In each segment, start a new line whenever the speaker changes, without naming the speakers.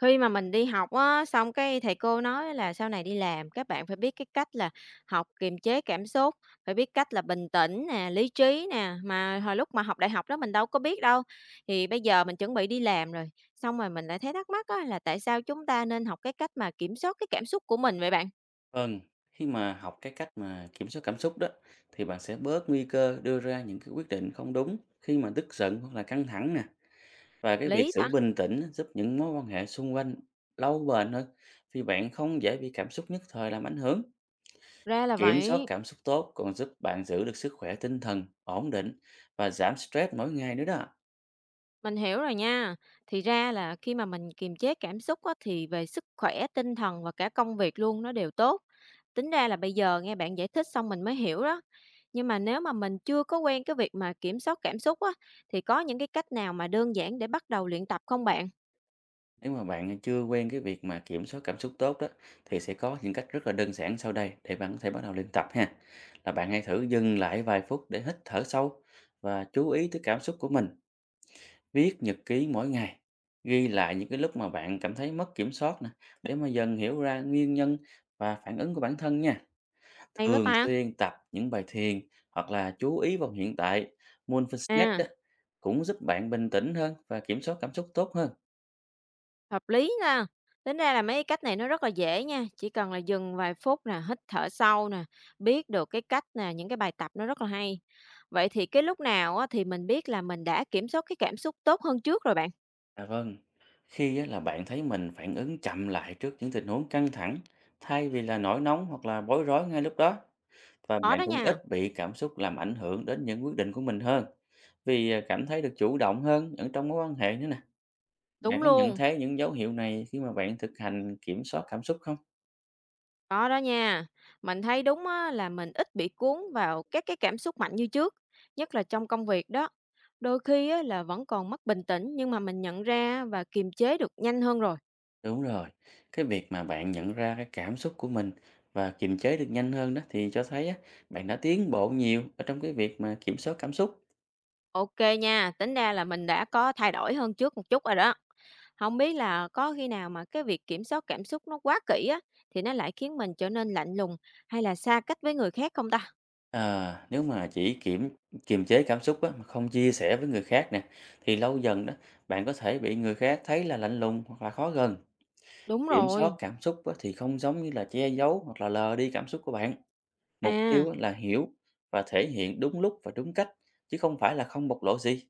Khi mà mình đi học á, xong cái thầy cô nói là sau này đi làm các bạn phải biết cái cách là học kiềm chế cảm xúc, phải biết cách là bình tĩnh nè, lý trí nè, mà hồi lúc mà học đại học đó mình đâu có biết đâu. Thì bây giờ mình chuẩn bị đi làm rồi, xong rồi mình lại thấy thắc mắc á, là tại sao chúng ta nên học cái cách mà kiểm soát cái cảm xúc của mình vậy bạn?
Vâng, khi mà học cái cách mà kiểm soát cảm xúc đó thì bạn sẽ bớt nguy cơ đưa ra những cái quyết định không đúng khi mà tức giận hoặc là căng thẳng nè. Và cái việc
Lý
giữ
ta?
bình tĩnh giúp những mối quan hệ xung quanh lâu bền hơn vì bạn không dễ bị cảm xúc nhất thời làm ảnh hưởng.
Ra là
Kiểm soát
vậy.
cảm xúc tốt còn giúp bạn giữ được sức khỏe tinh thần ổn định và giảm stress mỗi ngày nữa đó.
Mình hiểu rồi nha. Thì ra là khi mà mình kiềm chế cảm xúc á, thì về sức khỏe, tinh thần và cả công việc luôn nó đều tốt. Tính ra là bây giờ nghe bạn giải thích xong mình mới hiểu đó. Nhưng mà nếu mà mình chưa có quen cái việc mà kiểm soát cảm xúc á, thì có những cái cách nào mà đơn giản để bắt đầu luyện tập không bạn?
Nếu mà bạn chưa quen cái việc mà kiểm soát cảm xúc tốt đó thì sẽ có những cách rất là đơn giản sau đây để bạn có thể bắt đầu luyện tập ha. Là bạn hãy thử dừng lại vài phút để hít thở sâu và chú ý tới cảm xúc của mình, viết nhật ký mỗi ngày, ghi lại những cái lúc mà bạn cảm thấy mất kiểm soát nè để mà dần hiểu ra nguyên nhân và phản ứng của bản thân nha.
Hay quá
Thường
ta.
xuyên tập những bài thiền hoặc là chú ý vào hiện tại, mindfulness
À.
đó cũng giúp bạn bình tĩnh hơn và kiểm soát cảm xúc tốt hơn.
Hợp lý nha. Tính ra là mấy cái cách này nó rất là dễ nha, chỉ cần là dừng vài phút nè, hít thở sâu nè, biết được cái cách nè, những cái bài tập nó rất là hay. Vậy thì cái lúc nào á, thì mình biết là mình đã kiểm soát cái cảm xúc tốt hơn trước rồi bạn?
À vâng, khi á, là bạn thấy mình phản ứng chậm lại trước những tình huống căng thẳng thay vì là nổi nóng hoặc là bối rối ngay lúc đó, và
Có
bạn
đó
cũng
nha.
ít bị cảm xúc làm ảnh hưởng đến những quyết định của mình hơn, vì cảm thấy được chủ động hơn ở trong mối quan hệ nữa nè. Bạn
Đúng
có nhận
luôn,
thấy những dấu hiệu này khi mà bạn thực hành kiểm soát cảm xúc không?
có đó nha. Mình thấy đúng á, là mình ít bị cuốn vào các cái cảm xúc mạnh như trước, nhất là trong công việc đó. Đôi khi á, là vẫn còn mất bình tĩnh nhưng mà mình nhận ra và kiềm chế được nhanh hơn rồi.
Đúng rồi, cái việc mà bạn nhận ra cái cảm xúc của mình và kiềm chế được nhanh hơn đó thì cho thấy á, bạn đã tiến bộ nhiều ở trong cái việc mà kiểm soát cảm xúc.
OK nha, tính ra là mình đã có thay đổi hơn trước một chút rồi đó. Không biết là có khi nào mà cái việc kiểm soát cảm xúc nó quá kỹ á, thì nó lại khiến mình trở nên lạnh lùng hay là xa cách với người khác không ta?
À, nếu mà chỉ kiềm chế cảm xúc á, mà không chia sẻ với người khác nè, thì lâu dần đó bạn có thể bị người khác thấy là lạnh lùng hoặc là khó gần.
Đúng
Kiểm soát
rồi,
cảm xúc á, thì không giống như là che giấu hoặc là lờ đi cảm xúc của bạn. Mục
à,
tiêu á, là hiểu và thể hiện đúng lúc và đúng cách, chứ không phải là không bộc lộ gì.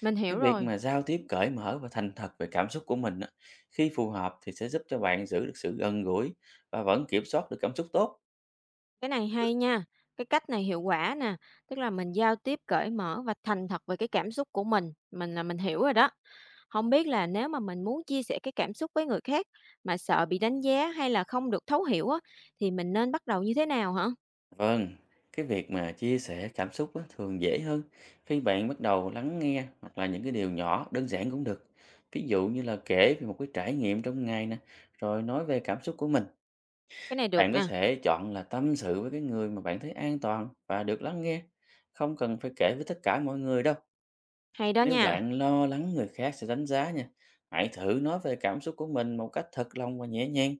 mình hiểu
Cái việc
rồi.
mà giao tiếp cởi mở và thành thật về cảm xúc của mình á, khi phù hợp thì sẽ giúp cho bạn giữ được sự gần gũi và vẫn kiểm soát được cảm xúc tốt.
Cái này hay nha, cái cách này hiệu quả nè, tức là mình giao tiếp cởi mở và thành thật về cái cảm xúc của mình là mình hiểu rồi đó. Không biết là nếu mà mình muốn chia sẻ cái cảm xúc với người khác mà sợ bị đánh giá hay là không được thấu hiểu á, thì mình nên bắt đầu như thế nào hả?
Vâng, cái việc mà chia sẻ cảm xúc á, thường dễ hơn khi bạn bắt đầu lắng nghe hoặc là những cái điều nhỏ đơn giản cũng được. Ví dụ như là kể về một cái trải nghiệm trong ngày nè, rồi nói về cảm xúc của mình.
Cái này được
Bạn có
nè.
thể chọn là tâm sự với cái người mà bạn thấy an toàn và được lắng nghe. Không cần phải kể với tất cả mọi người đâu.
Hay đó
Nếu
nha.
bạn lo lắng người khác sẽ đánh giá nha, hãy thử nói về cảm xúc của mình một cách thật lòng và nhẹ nhàng.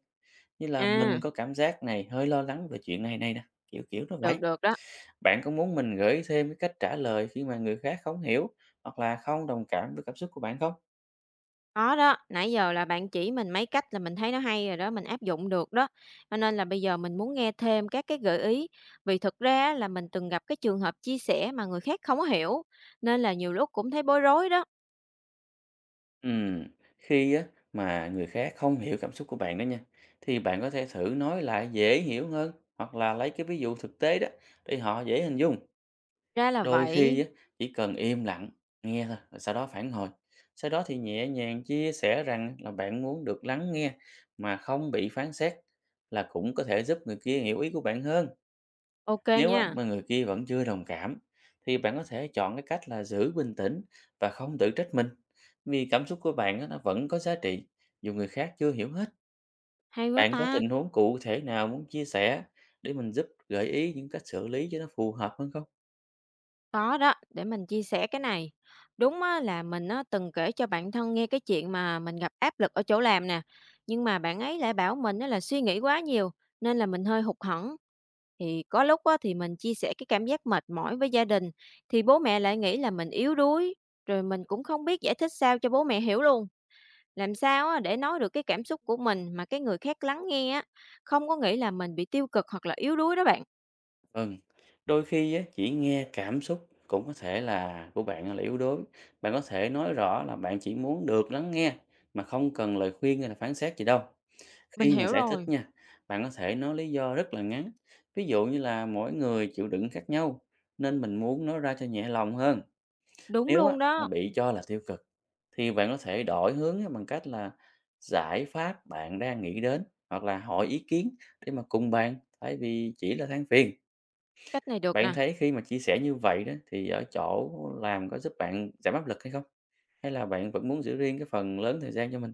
Như là
À,
mình có cảm giác này hơi lo lắng về chuyện này này nè, kiểu kiểu nó vậy.
được đó.
Bạn có muốn mình gợi ý thêm cái cách trả lời khi mà người khác không hiểu hoặc là không đồng cảm với cảm xúc của bạn không?
Có đó, nãy giờ là bạn chỉ mình mấy cách là mình thấy nó hay rồi đó, mình áp dụng được đó. Cho nên là bây giờ mình muốn nghe thêm các cái gợi ý, vì thực ra á là mình từng gặp cái trường hợp chia sẻ mà người khác không có hiểu, nên là nhiều lúc cũng thấy bối rối đó.
Ừm, Khi á, mà người khác không hiểu cảm xúc của bạn đó nha, thì bạn có thể thử nói lại dễ hiểu hơn hoặc là lấy cái ví dụ thực tế đó để họ dễ hình dung.
Ra là
Đôi khi
vậy.
á, chỉ cần im lặng, nghe thôi, rồi sau đó phản hồi. Sau đó thì nhẹ nhàng chia sẻ rằng là bạn muốn được lắng nghe mà không bị phán xét là cũng có thể giúp người kia hiểu ý của bạn hơn.
OK
Nếu á,
nha.
mà người kia vẫn chưa đồng cảm thì bạn có thể chọn cái cách là giữ bình tĩnh và không tự trách mình, vì cảm xúc của bạn á, nó vẫn có giá trị dù người khác chưa hiểu hết.
Hay quá
Bạn có
ta.
tình huống cụ thể nào muốn chia sẻ để mình giúp gợi ý những cách xử lý cho nó phù hợp hơn không?
Có đó, để mình chia sẻ cái này. Đúng á, là mình á, từng kể cho bạn thân nghe cái chuyện mà mình gặp áp lực ở chỗ làm nè. Nhưng mà bạn ấy lại bảo mình á, là suy nghĩ quá nhiều, nên là mình hơi hụt hẫng. Thì có lúc á, thì mình chia sẻ cái cảm giác mệt mỏi với gia đình, thì bố mẹ lại nghĩ là mình yếu đuối. Rồi mình cũng không biết giải thích sao cho bố mẹ hiểu luôn. Làm sao á, để nói được cái cảm xúc của mình mà cái người khác lắng nghe á, không có nghĩ là mình bị tiêu cực hoặc là yếu đuối đó bạn.
Ừ, đôi khi á, chỉ nghe cảm xúc cũng có thể là của bạn là yếu đuối. Bạn có thể nói rõ là bạn chỉ muốn được lắng nghe mà không cần lời khuyên hay là phán xét gì đâu.
Mình
Khi mà
hiểu
giải thích
rồi.
nha, bạn có thể nói lý do rất là ngắn. Ví dụ như là mỗi người chịu đựng khác nhau, nên mình muốn nói ra cho nhẹ lòng hơn.
Đúng
Nếu á,
luôn
mà
đó.
bị cho là tiêu cực, thì bạn có thể đổi hướng á, bằng cách là giải pháp bạn đang nghĩ đến hoặc là hỏi ý kiến để mà cùng bàn thay vì chỉ là than phiền.
Cách này được
Bạn
nè.
thấy khi mà chia sẻ như vậy đó thì ở chỗ làm có giúp bạn giảm áp lực hay không? Hay là bạn vẫn muốn giữ riêng cái phần lớn thời gian cho mình?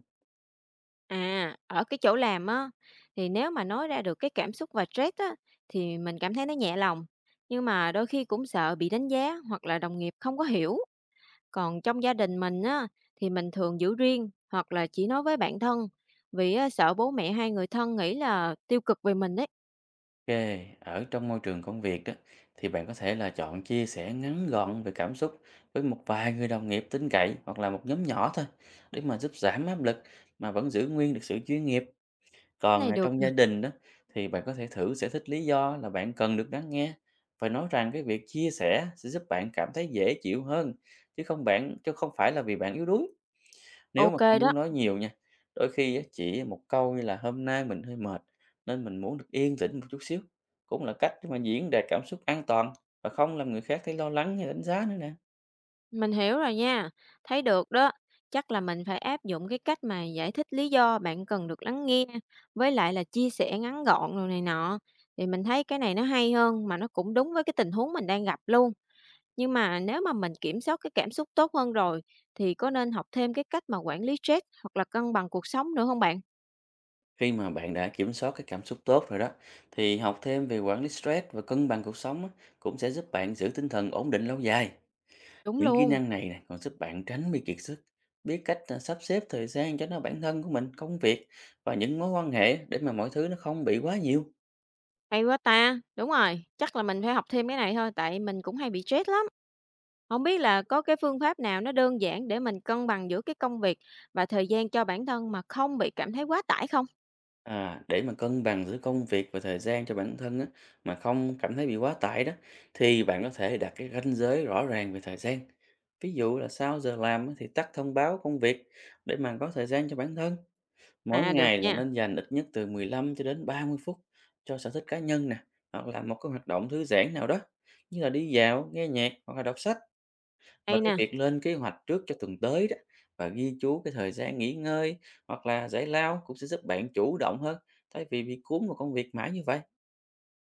À, ở cái chỗ làm á, thì nếu mà nói ra được cái cảm xúc và stress á, thì mình cảm thấy nó nhẹ lòng. Nhưng mà đôi khi cũng sợ bị đánh giá hoặc là đồng nghiệp không có hiểu. Còn trong gia đình mình á, thì mình thường giữ riêng hoặc là chỉ nói với bạn thân. Vì á, sợ bố mẹ hay người thân nghĩ là tiêu cực về mình đấy.
Ok, ở trong môi trường công việc đó thì bạn có thể là chọn chia sẻ ngắn gọn về cảm xúc với một vài người đồng nghiệp tin cậy hoặc là một nhóm nhỏ thôi để mà giúp giảm áp lực mà vẫn giữ nguyên được sự chuyên nghiệp.
Cái
Còn
này được
trong
nè,
gia đình đó thì bạn có thể thử giải thích lý do là bạn cần được lắng nghe và nói rằng cái việc chia sẻ sẽ giúp bạn cảm thấy dễ chịu hơn, chứ không phải là vì bạn yếu đuối. Nếu mà
OK
không
đó.
muốn nói nhiều nha, đôi khi á, chỉ một câu như là "Hôm nay mình hơi mệt nên mình muốn được yên tĩnh một chút xíu" cũng là cách để mà diễn đạt cảm xúc an toàn và không làm người khác thấy lo lắng hay đánh giá nữa nè.
Mình hiểu rồi nha, thấy được đó. Chắc là mình phải áp dụng cái cách mà giải thích lý do bạn cần được lắng nghe, với lại là chia sẻ ngắn gọn rồi này nọ. Thì mình thấy cái này nó hay hơn mà nó cũng đúng với cái tình huống mình đang gặp luôn. Nhưng mà nếu mà mình kiểm soát cái cảm xúc tốt hơn rồi thì có nên học thêm cái cách mà quản lý stress hoặc là cân bằng cuộc sống nữa không bạn?
Khi mà bạn đã kiểm soát cái cảm xúc tốt rồi đó, thì học thêm về quản lý stress và cân bằng cuộc sống á, cũng sẽ giúp bạn giữ tinh thần ổn định lâu dài.
Đúng
Những kỹ
luôn.
năng này nè còn giúp bạn tránh bị kiệt sức, biết cách sắp xếp thời gian cho nó bản thân của mình, công việc và những mối quan hệ để mà mọi thứ nó không bị quá nhiều.
Hay quá ta! Đúng rồi, chắc là mình phải học thêm cái này thôi, tại mình cũng hay bị stress lắm. Không biết là có cái phương pháp nào nó đơn giản để mình cân bằng giữa cái công việc và thời gian cho bản thân mà không bị cảm thấy quá tải không?
À, để mà cân bằng giữa công việc và thời gian cho bản thân á, mà không cảm thấy bị quá tải đó thì bạn có thể đặt cái ranh giới rõ ràng về thời gian. Ví dụ là sau giờ làm á, thì tắt thông báo công việc để mà có thời gian cho bản thân. Mỗi
À, được
ngày là
nha,
nên dành ít nhất từ 15 cho đến 30 phút cho sở thích cá nhân nè, hoặc là một cái hoạt động thư giãn nào đó như là đi dạo, nghe nhạc hoặc là đọc sách. Và
hay
cái
nè.
việc lên kế hoạch trước cho tuần tới đó và ghi chú cái thời gian nghỉ ngơi hoặc là giải lao cũng sẽ giúp bạn chủ động hơn thay vì bị cuốn vào công việc mãi như vậy.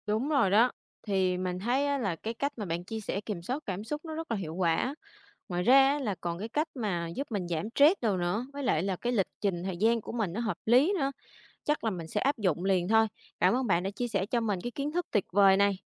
Đúng rồi đó, thì mình thấy á là cái cách mà bạn chia sẻ kiểm soát cảm xúc nó rất là hiệu quả. Ngoài ra á là còn cái cách mà giúp mình giảm stress đâu nữa, với lại là cái lịch trình thời gian của mình nó hợp lý nữa, chắc là mình sẽ áp dụng liền thôi. Cảm ơn bạn đã chia sẻ cho mình cái kiến thức tuyệt vời này.